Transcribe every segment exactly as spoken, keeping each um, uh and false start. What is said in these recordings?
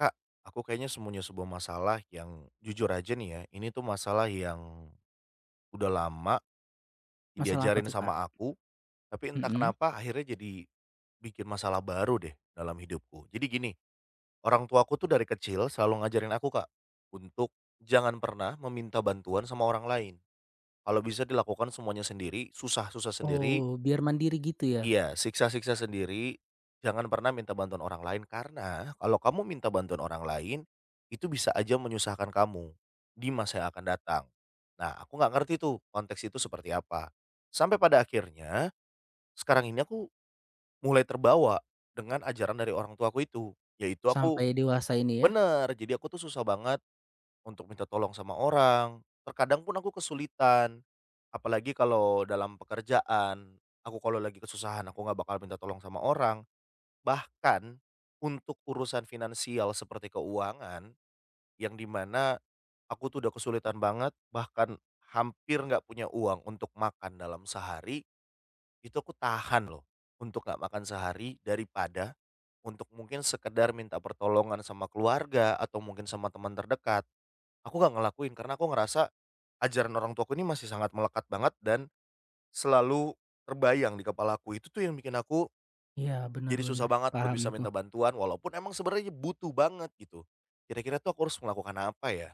Kak, aku kayaknya semuanya sebuah masalah yang jujur aja nih ya, ini tuh masalah yang udah lama Masalah apa diajarin tuh, Kak? sama aku, tapi entah Mhm. kenapa akhirnya jadi bikin masalah baru deh dalam hidupku. Jadi gini, orang tuaku tuh dari kecil selalu ngajarin aku, Kak, untuk jangan pernah meminta bantuan sama orang lain. Kalau bisa dilakukan semuanya sendiri, susah-susah sendiri, Oh, biar mandiri gitu ya, iya, siksa-siksa sendiri, jangan pernah minta bantuan orang lain karena kalau kamu minta bantuan orang lain, itu bisa aja menyusahkan kamu di masa yang akan datang. Nah, aku nggak ngerti tuh konteks itu seperti apa. Sampai pada akhirnya, sekarang ini aku mulai terbawa dengan ajaran dari orang tuaku itu, yaitu aku sampai dewasa ini ya? bener, jadi aku tuh susah banget untuk minta tolong sama orang, terkadang pun aku kesulitan, apalagi kalau dalam pekerjaan, aku kalau lagi kesusahan aku nggak bakal minta tolong sama orang. Bahkan untuk urusan finansial seperti keuangan, yang dimana aku tuh udah kesulitan banget, bahkan hampir nggak punya uang untuk makan dalam sehari, itu aku tahan loh untuk nggak makan sehari daripada untuk mungkin sekedar minta pertolongan sama keluarga atau mungkin sama teman terdekat. Aku nggak ngelakuin karena aku ngerasa ajaran orang tuaku ini masih sangat melekat banget dan selalu terbayang di kepalaku. Itu tuh yang bikin aku Iya, jadi susah benar-benar banget buat paham bisa aku. minta bantuan walaupun emang sebenarnya butuh banget gitu. Kira-kira tuh aku harus melakukan apa ya?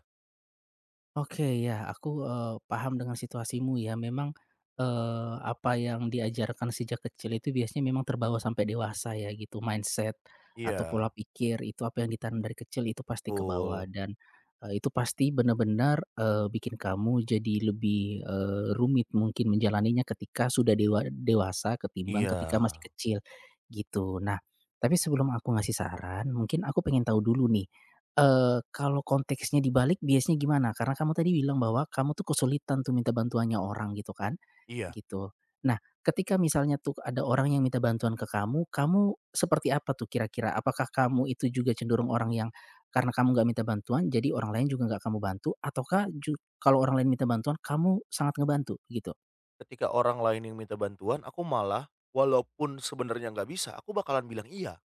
Oke, ya, aku, eee, paham dengan situasimu ya. Memang, eee, apa yang diajarkan sejak kecil itu biasanya memang terbawa sampai dewasa ya gitu, mindset atau Iya, pola pikir itu apa yang ditanam dari kecil itu pasti ke bawah betul. dan, eee, itu pasti benar-benar, eee, bikin kamu jadi lebih, eee, rumit mungkin menjalaninya ketika sudah dewa dewasa ketimbang Iya, ketika masih kecil, gitu. Nah, tapi sebelum aku ngasih saran, mungkin aku pengen tahu dulu nih. Eee, kalau konteksnya dibalik biasanya gimana? Karena kamu tadi bilang bahwa kamu tuh kesulitan tuh minta bantuannya orang gitu kan, iya. gitu. Nah, ketika misalnya tuh ada orang yang minta bantuan ke kamu, kamu seperti apa tuh kira-kira? Apakah kamu itu juga cenderung orang yang karena kamu nggak minta bantuan, jadi orang lain juga nggak kamu bantu? Ataukah ju kalau orang lain minta bantuan kamu sangat ngebantu gitu? Ketika orang lain yang minta bantuan aku malah walaupun sebenarnya nggak bisa aku bakalan bilang iya.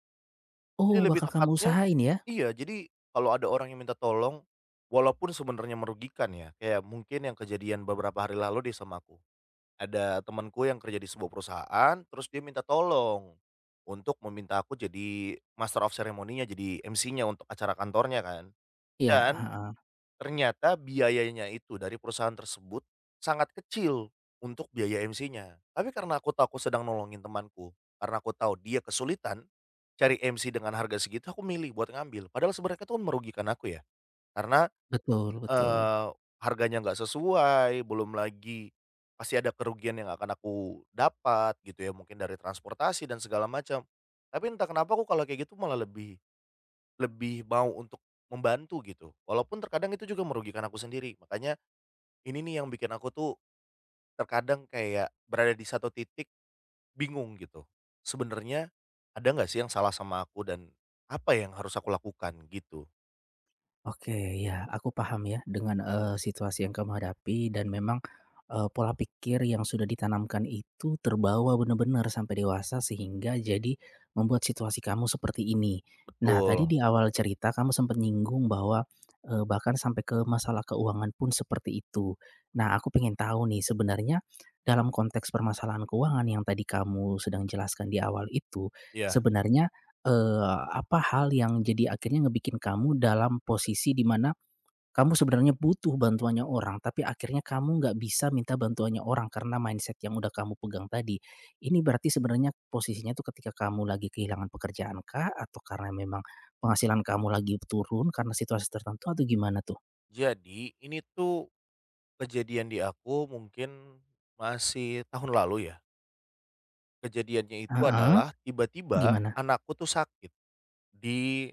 Jadi Oh lebih bakal kamu tepatnya usahain ya? iya, jadi kalau ada orang yang minta tolong walaupun sebenarnya merugikan ya, kayak mungkin yang kejadian beberapa hari lalu deh sama aku. Ada temanku yang kerja di sebuah perusahaan, terus dia minta tolong untuk meminta aku jadi master of ceremony-nya, jadi em c-nya untuk acara kantornya kan. Iya, Dan heeh. ternyata biayanya itu dari perusahaan tersebut sangat kecil untuk biaya em c-nya. Tapi karena aku tahu aku sedang nolongin temanku, karena aku tahu dia kesulitan cari em c dengan harga segitu, aku milih buat ngambil. Padahal sebenarnya itu kan merugikan aku ya, karena Betul betul. Eee, harganya nggak sesuai, belum lagi pasti ada kerugian yang akan aku dapat gitu ya, mungkin dari transportasi dan segala macam. Tapi entah kenapa aku kalau kayak gitu malah lebih lebih mau untuk membantu gitu, walaupun terkadang itu juga merugikan aku sendiri. Makanya ini nih yang bikin aku tuh terkadang kayak berada di satu titik bingung gitu. Sebenarnya ada nggak sih yang salah sama aku dan apa yang harus aku lakukan gitu? Oke, ya, aku paham ya dengan, eee, situasi yang kamu hadapi dan memang, eee, pola pikir yang sudah ditanamkan itu terbawa benar-benar sampai dewasa sehingga jadi membuat situasi kamu seperti ini. Nah, tadi Betul, di awal cerita kamu sempat nyinggung bahwa, eee, bahkan sampai ke masalah keuangan pun seperti itu. Nah, aku pengen tahu nih sebenarnya dalam konteks permasalahan keuangan yang tadi kamu sedang jelaskan di awal itu, ya. sebenarnya Eee, apa hal yang jadi akhirnya ngebikin kamu dalam posisi di mana kamu sebenarnya butuh bantuannya orang, tapi akhirnya kamu nggak bisa minta bantuannya orang karena mindset yang udah kamu pegang tadi. Ini berarti sebenarnya posisinya tuh ketika kamu lagi kehilangan pekerjaan kah? Atau karena memang penghasilan kamu lagi turun karena situasi tertentu atau gimana tuh? Jadi ini tuh kejadian di aku mungkin masih tahun lalu ya, kejadiannya itu Heeh, adalah tiba-tiba gimana? anakku tuh sakit di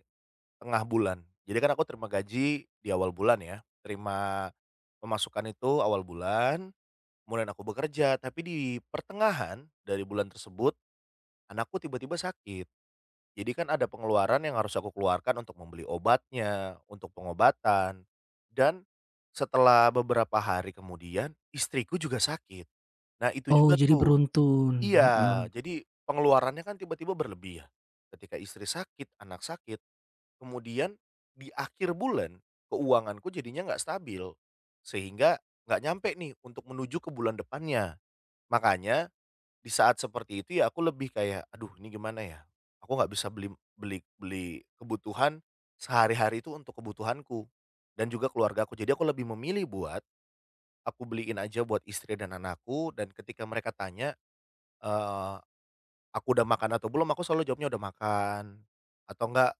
tengah bulan. Jadi kan aku terima gaji di awal bulan ya, terima pemasukan itu awal bulan, kemudian aku bekerja, tapi di pertengahan dari bulan tersebut anakku tiba-tiba sakit. Jadi kan ada pengeluaran yang harus aku keluarkan untuk membeli obatnya, untuk pengobatan, dan setelah beberapa hari kemudian istriku juga sakit. Nah itu Oh, juga jadi tuh beruntun, heeh. iya, jadi pengeluarannya kan tiba-tiba berlebih ya, ketika istri sakit, anak sakit, kemudian di akhir bulan keuanganku jadinya nggak stabil, sehingga nggak nyampe nih untuk menuju ke bulan depannya. Makanya di saat seperti itu ya aku lebih kayak, "Aduh ini gimana ya? Aku nggak bisa beli beli beli kebutuhan sehari-hari itu untuk kebutuhanku dan juga keluarga aku. Jadi aku lebih memilih buat aku beliin aja buat istri dan anakku, dan ketika mereka tanya Eee, aku udah makan atau belum, aku selalu jawabnya udah makan, atau enggak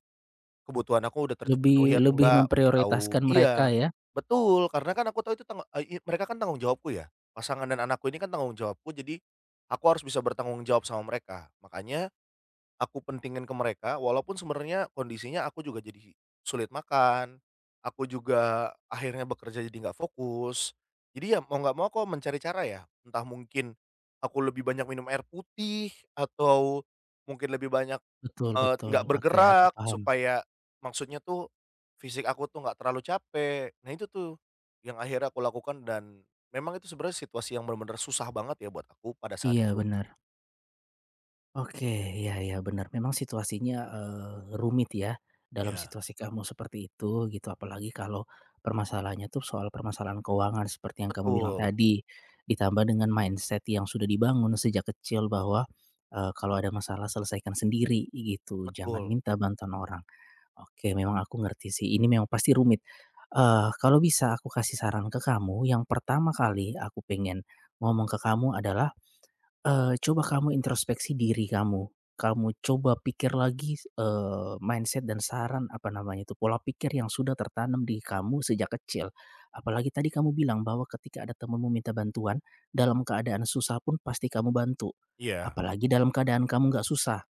kebutuhan aku udah terpenuhi Lebih atau Lebih enggak, udah tahu memprioritaskan iya, mereka ya? betul, karena kan aku tahu itu tanggung eee, i mereka kan tanggung jawabku ya, pasangan dan anakku ini kan tanggung jawabku, jadi aku harus bisa bertanggung jawab sama mereka. Makanya aku pentingin ke mereka walaupun sebenarnya kondisinya aku juga jadi sulit makan, aku juga akhirnya bekerja jadi nggak fokus. Jadi ya mau nggak mau aku mencari cara ya, entah mungkin aku lebih banyak minum air putih atau mungkin lebih banyak, Betul eee, betul, nggak oke aku bergerak paham. supaya maksudnya tuh fisik aku tuh nggak terlalu capek. Nah itu tuh yang akhirnya aku lakukan dan memang itu sebenarnya situasi yang benar-benar susah banget ya buat aku pada saat Iya itu. benar. Oke, ya ya benar. Memang situasinya, eee, rumit ya, dalam Ya. situasi kamu seperti itu gitu, apalagi kalau permasalahannya tuh soal permasalahan keuangan seperti yang kamu bilang Betul, tadi, ditambah dengan mindset yang sudah dibangun sejak kecil bahwa, eee, kalau ada masalah selesaikan sendiri gitu, jangan betul, minta bantuan orang. Oke, memang aku ngerti sih, ini memang pasti rumit. Eee, kalau bisa aku kasih saran ke kamu, yang pertama kali aku pengen ngomong ke kamu adalah. Eee, coba kamu introspeksi diri kamu. Kamu coba pikir lagi, eee, mindset dan saran, apa namanya itu, pola pikir yang sudah tertanam di kamu sejak kecil. Apalagi tadi kamu bilang bahwa ketika ada temanmu minta bantuan, dalam keadaan susah pun pasti kamu bantu. iya. Apalagi dalam keadaan kamu nggak susah.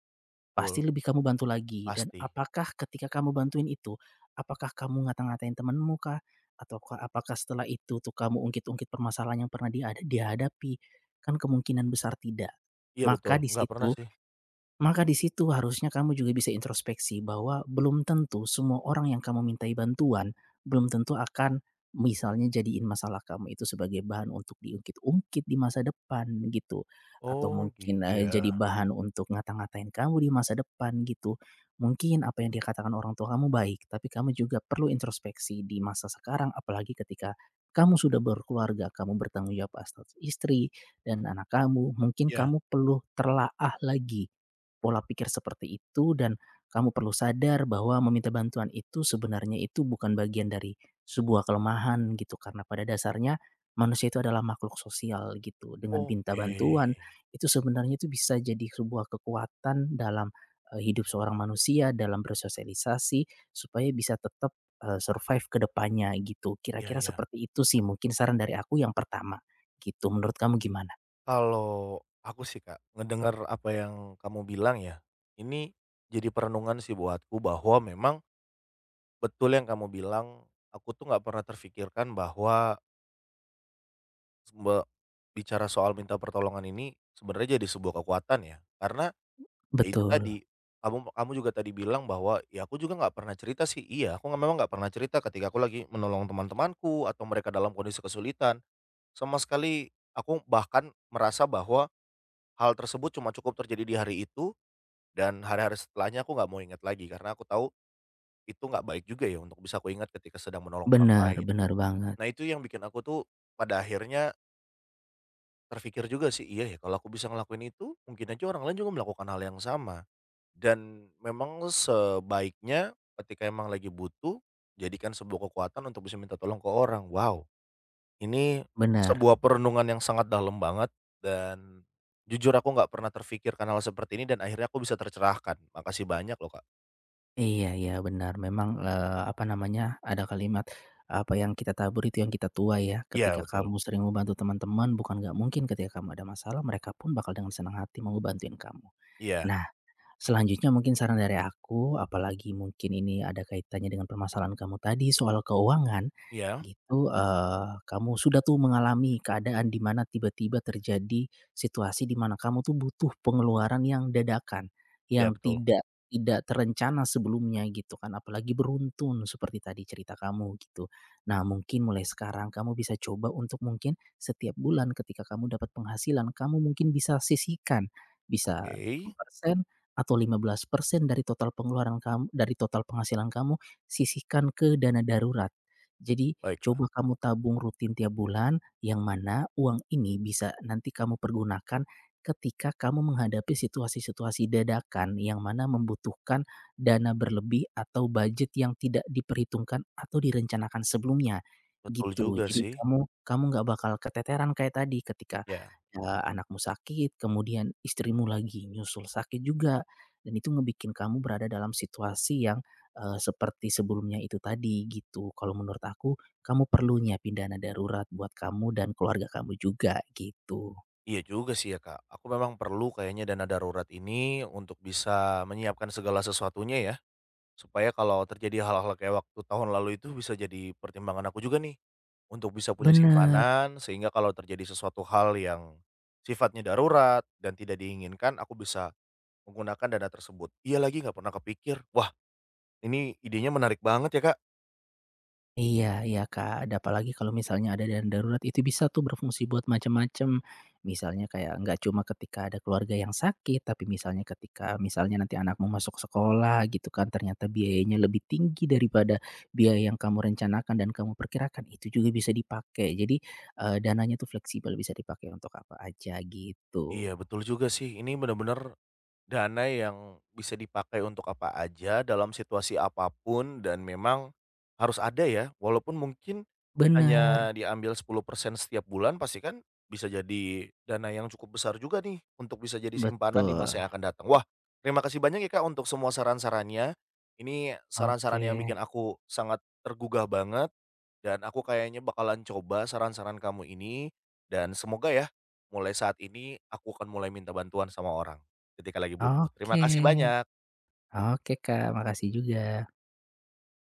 Betul, Pasti lebih kamu bantu lagi dan pasti. apakah ketika kamu bantuin itu, apakah kamu ngata-ngatain temenmu kah? Ataukah apakah setelah itu tuh kamu ungkit-ungkit permasalahan yang pernah dia ada dihadapi? Kan kemungkinan besar tidak. Iya betul, Maka di nggak pernah situ sih. maka di situ harusnya kamu juga bisa introspeksi bahwa belum tentu semua orang yang kamu mintai bantuan, belum tentu akan misalnya jadiin masalah kamu itu sebagai bahan untuk diungkit-ungkit di masa depan gitu, atau Oh gitu mungkin, ya, eee, jadi bahan untuk ngata-ngatain kamu di masa depan gitu. Mungkin apa yang dikatakan orang tua kamu baik, tapi kamu juga perlu introspeksi di masa sekarang, apalagi ketika kamu sudah berkeluarga, kamu bertanggung jawab atas istri dan anak kamu, mungkin iya, kamu perlu terlaah lagi pola pikir seperti itu dan kamu perlu sadar bahwa meminta bantuan itu sebenarnya itu bukan bagian dari sebuah kelemahan gitu karena pada dasarnya manusia itu adalah makhluk sosial gitu dengan minta oke. bantuan itu sebenarnya itu bisa jadi sebuah kekuatan dalam eh, hidup seorang manusia dalam bersosialisasi supaya bisa tetap eh, survive ke depannya gitu Iya, kira-kira iya. seperti itu sih mungkin saran dari aku yang pertama gitu menurut kamu gimana. Kalau aku sih Kak, ngedengar apa yang kamu bilang ya, ini jadi perenungan sih buatku bahwa memang betul yang kamu bilang, aku tuh nggak pernah terfikirkan bahwa sembe bicara soal minta pertolongan ini sebenarnya jadi sebuah kekuatan ya, karena ya itu Betul. tadi, kamu kamu juga tadi bilang bahwa, "Ya aku juga nggak pernah cerita sih." Iya, aku nggak memang nggak pernah cerita ketika aku lagi menolong teman-temanku atau mereka dalam kondisi kesulitan. Sama sekali aku bahkan merasa bahwa hal tersebut cuma cukup terjadi di hari itu dan hari-hari setelahnya aku nggak mau ingat lagi karena aku tahu itu nggak baik juga ya untuk bisa aku ingat ketika sedang menolong orang Benar lain. benar banget. Nah itu yang bikin aku tuh pada akhirnya terpikir juga sih, "Iya ya kalau aku bisa ngelakuin itu, mungkin aja orang lain juga melakukan hal yang sama." Dan memang sebaiknya ketika emang lagi butuh, jadikan sebuah kekuatan untuk bisa minta tolong ke orang. Wow, ini Benar. sebuah perenungan yang sangat dalam banget dan jujur aku nggak pernah terfikirkan hal seperti ini dan akhirnya aku bisa tercerahkan. Makasih banyak loh, Kak. Iya iya benar memang, eee, apa namanya, ada kalimat, apa yang kita tabur itu yang kita tuai ya, Iya, ketika betul. kamu sering membantu teman-teman bukan nggak mungkin ketika kamu ada masalah mereka pun bakal dengan senang hati mau bantuin kamu. Iya, Nah, selanjutnya mungkin saran dari aku, apalagi mungkin ini ada kaitannya dengan permasalahan kamu tadi soal keuangan, iya, gitu, eee, kamu sudah tuh mengalami keadaan di mana tiba-tiba terjadi situasi di mana kamu tuh butuh pengeluaran yang dadakan, iya yang betul. tidak tidak terencana sebelumnya gitu kan, apalagi beruntun seperti tadi cerita kamu gitu. Nah mungkin mulai sekarang kamu bisa coba untuk mungkin setiap bulan ketika kamu dapat penghasilan, kamu mungkin bisa sisihkan, bisa Oke, sepuluh persen atau lima belas persen dari total pengeluaran kamu dari total penghasilan kamu, sisihkan ke dana darurat. Jadi, baiklah. coba kamu tabung rutin tiap bulan, yang mana uang ini bisa nanti kamu pergunakan ketika kamu menghadapi situasi-situasi dadakan yang mana membutuhkan dana berlebih atau budget yang tidak diperhitungkan atau direncanakan sebelumnya, Betul gitu. juga Jadi sih. kamu kamu nggak bakal keteteran kayak tadi ketika, Ya. eee, anakmu sakit, kemudian istrimu lagi nyusul sakit juga. Dan itu ngebikin kamu berada dalam situasi yang, eee, seperti sebelumnya itu tadi gitu. Kalau menurut aku kamu perlunya nyiapin darurat buat kamu dan keluarga kamu juga gitu. Iya juga sih ya, Kak. Aku memang perlu kayaknya dana darurat ini untuk bisa menyiapkan segala sesuatunya ya. Supaya kalau terjadi hal-hal kayak waktu tahun lalu itu bisa jadi pertimbangan aku juga nih, untuk bisa punya Bener. simpanan sehingga kalau terjadi sesuatu hal yang sifatnya darurat dan tidak diinginkan aku bisa menggunakan dana tersebut. Iya lagi nggak pernah kepikir. Wah, ini idenya menarik banget ya, Kak. Iya iya, Kak, ada apalagi kalau misalnya ada dana darurat itu bisa tuh berfungsi buat macam-macam. Misalnya kayak nggak cuma ketika ada keluarga yang sakit, tapi misalnya ketika misalnya nanti anakmu masuk sekolah gitu kan, ternyata biayanya lebih tinggi daripada biaya yang kamu rencanakan dan kamu perkirakan, itu juga bisa dipakai. Jadi, eee, dananya tuh fleksibel bisa dipakai untuk apa aja gitu. Iya betul juga sih, ini bener-bener dana yang bisa dipakai untuk apa aja, dalam situasi apapun dan memang harus ada ya, walaupun mungkin Bener, hanya diambil sepuluh persen setiap bulan, pasti kan bisa jadi dana yang cukup besar juga nih, untuk bisa jadi simpanan di betul. masa yang akan datang. Wah, terima kasih banyak ya Kak, untuk semua saran-sarannya. Ini saran-saran Oke yang bikin aku sangat tergugah banget. Dan aku kayaknya bakalan coba saran-saran kamu ini, dan semoga ya, mulai saat ini aku akan mulai minta bantuan sama orang, ketika lagi butuh. Terima oke kasih banyak. oke, Kak, makasih juga.